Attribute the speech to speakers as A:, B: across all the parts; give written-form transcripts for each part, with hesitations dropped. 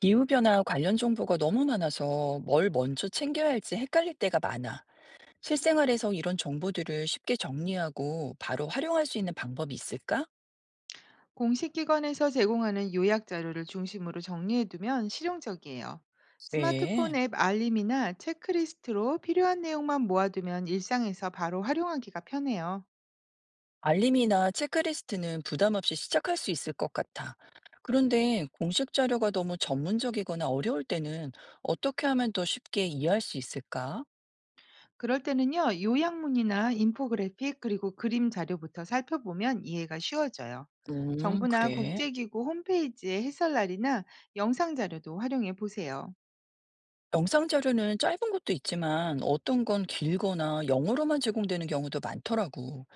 A: 기후변화 관련 정보가 너무 많아서 뭘 먼저 챙겨야 할지 헷갈릴 때가 많아. 실생활에서 이런 정보들을 쉽게 정리하고 바로 활용할 수 있는 방법이 있을까?
B: 공식 기관에서 제공하는 요약 자료를 중심으로 정리해두면 실용적이에요. 스마트폰
A: 네.
B: 앱 알림이나 체크리스트로 필요한 내용만 모아두면 일상에서 바로 활용하기가 편해요.
A: 알림이나 체크리스트는 부담 없이 시작할 수 있을 것 같아. 그런데 공식 자료가 너무 전문적이거나 어려울 때는 어떻게 하면 더 쉽게 이해할 수 있을까?
B: 그럴 때는요, 요약문이나 인포그래픽 그리고 그림 자료부터 살펴보면 이해가 쉬워져요. 정부나
A: 그래.
B: 국제기구 홈페이지의 해설날이나 영상 자료도 활용해 보세요.
A: 영상 자료는 짧은 것도 있지만 어떤 건 길거나 영어로만 제공되는 경우도 많더라고.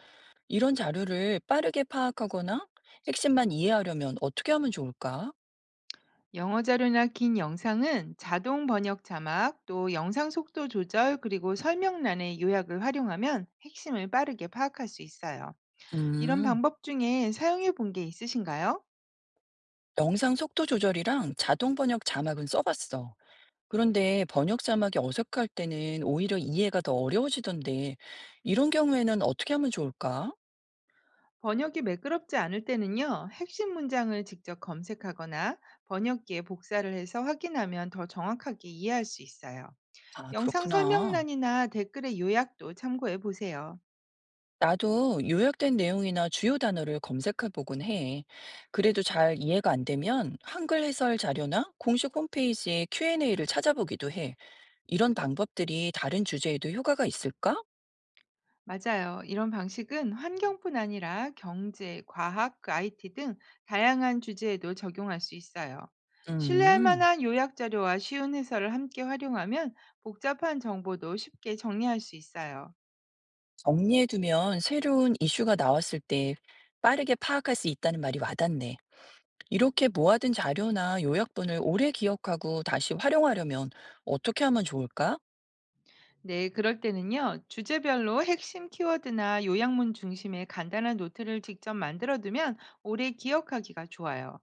A: 이런 자료를 빠르게 파악하거나 핵심만 이해하려면 어떻게 하면 좋을까?
B: 영어 자료나 긴 영상은 자동 번역 자막, 또 영상 속도 조절, 그리고 설명란의 요약을 활용하면 핵심을 빠르게 파악할 수 있어요. 이런
A: 음,
B: 방법 중에 사용해 본 게 있으신가요?
A: 영상 속도 조절이랑 자동 번역 자막은 써봤어. 그런데 번역 자막이 어색할 때는 오히려 이해가 더 어려워지던데, 이런 경우에는 어떻게 하면 좋을까?
B: 번역이 매끄럽지 않을 때는요, 핵심 문장을 직접 검색하거나 번역기에 복사를 해서 확인하면 더 정확하게 이해할 수 있어요.
A: 아,
B: 영상
A: 그렇구나.
B: 설명란이나 댓글의 요약도 참고해 보세요.
A: 나도 요약된 내용이나 주요 단어를 검색해 보곤 해. 그래도 잘 이해가 안 되면 한글 해설 자료나 공식 홈페이지의 Q&A를 찾아보기도 해. 이런 방법들이 다른 주제에도 효과가 있을까?
B: 맞아요. 이런 방식은 환경뿐 아니라 경제, 과학, 그 IT 등 다양한 주제에도 적용할 수 있어요. 신뢰할
A: 음,
B: 만한 요약 자료와 쉬운 해설을 함께 활용하면 복잡한 정보도 쉽게 정리할 수 있어요.
A: 정리해두면 새로운 이슈가 나왔을 때 빠르게 파악할 수 있다는 말이 와닿네. 이렇게 모아둔 자료나 요약본을 오래 기억하고 다시 활용하려면 어떻게 하면 좋을까?
B: 네, 그럴 때는요, 주제별로 핵심 키워드나 요약문 중심의 간단한 노트를 직접 만들어두면 오래 기억하기가 좋아요.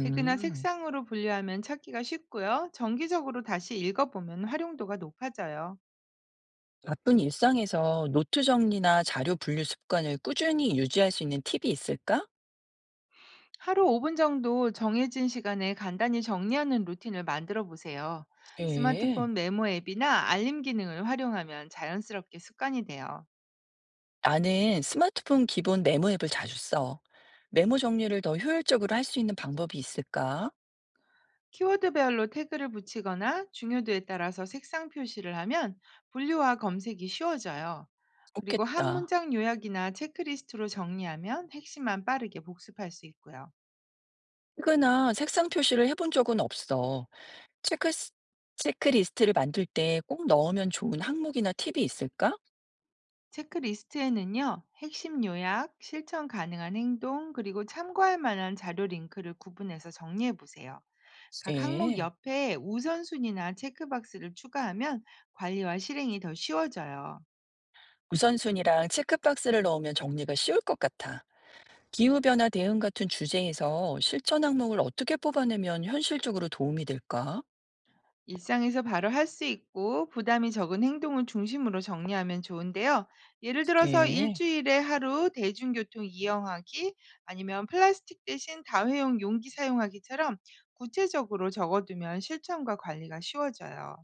B: 태그나 색상으로 분류하면 찾기가 쉽고요. 정기적으로 다시 읽어보면 활용도가 높아져요.
A: 바쁜 일상에서 노트 정리나 자료 분류 습관을 꾸준히 유지할 수 있는 팁이 있을까?
B: 하루 5분 정도 정해진 시간에 간단히 정리하는 루틴을 만들어 보세요.
A: 예.
B: 스마트폰 메모 앱이나 알림 기능을 활용하면 자연스럽게 습관이 돼요.
A: 나는 스마트폰 기본 메모 앱을 자주 써. 메모 정리를 더 효율적으로 할 수 있는 방법이 있을까?
B: 키워드별로 태그를 붙이거나 중요도에 따라서 색상 표시를 하면 분류와 검색이 쉬워져요. 그리고 한
A: 좋겠다.
B: 문장 요약이나 체크리스트로 정리하면 핵심만 빠르게 복습할 수 있고요.
A: 책이나 색상 표시를 해본 적은 없어. 체크, 체크리스트를 만들 때 꼭 넣으면 좋은 항목이나 팁이 있을까?
B: 체크리스트에는요, 핵심 요약, 실천 가능한 행동, 그리고 참고할 만한 자료 링크를 구분해서 정리해 보세요. 각 항목
A: 예.
B: 옆에 우선순위나 체크박스를 추가하면 관리와 실행이 더 쉬워져요.
A: 우선순위랑 체크박스를 넣으면 정리가 쉬울 것 같아. 기후변화 대응 같은 주제에서 실천 항목을 어떻게 뽑아내면 현실적으로 도움이 될까?
B: 일상에서 바로 할 수 있고 부담이 적은 행동을 중심으로 정리하면 좋은데요. 예를 들어서
A: 네.
B: 일주일에 하루 대중교통 이용하기 아니면 플라스틱 대신 다회용 용기 사용하기처럼 구체적으로 적어두면 실천과 관리가 쉬워져요.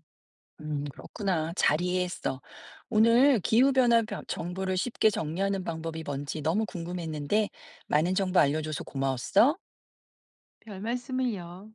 A: 그렇구나. 잘 이해했어. 오늘 기후변화 벼- 정보를 쉽게 정리하는 방법이 뭔지 너무 궁금했는데, 많은 정보 알려줘서 고마웠어.
B: 별 말씀을요.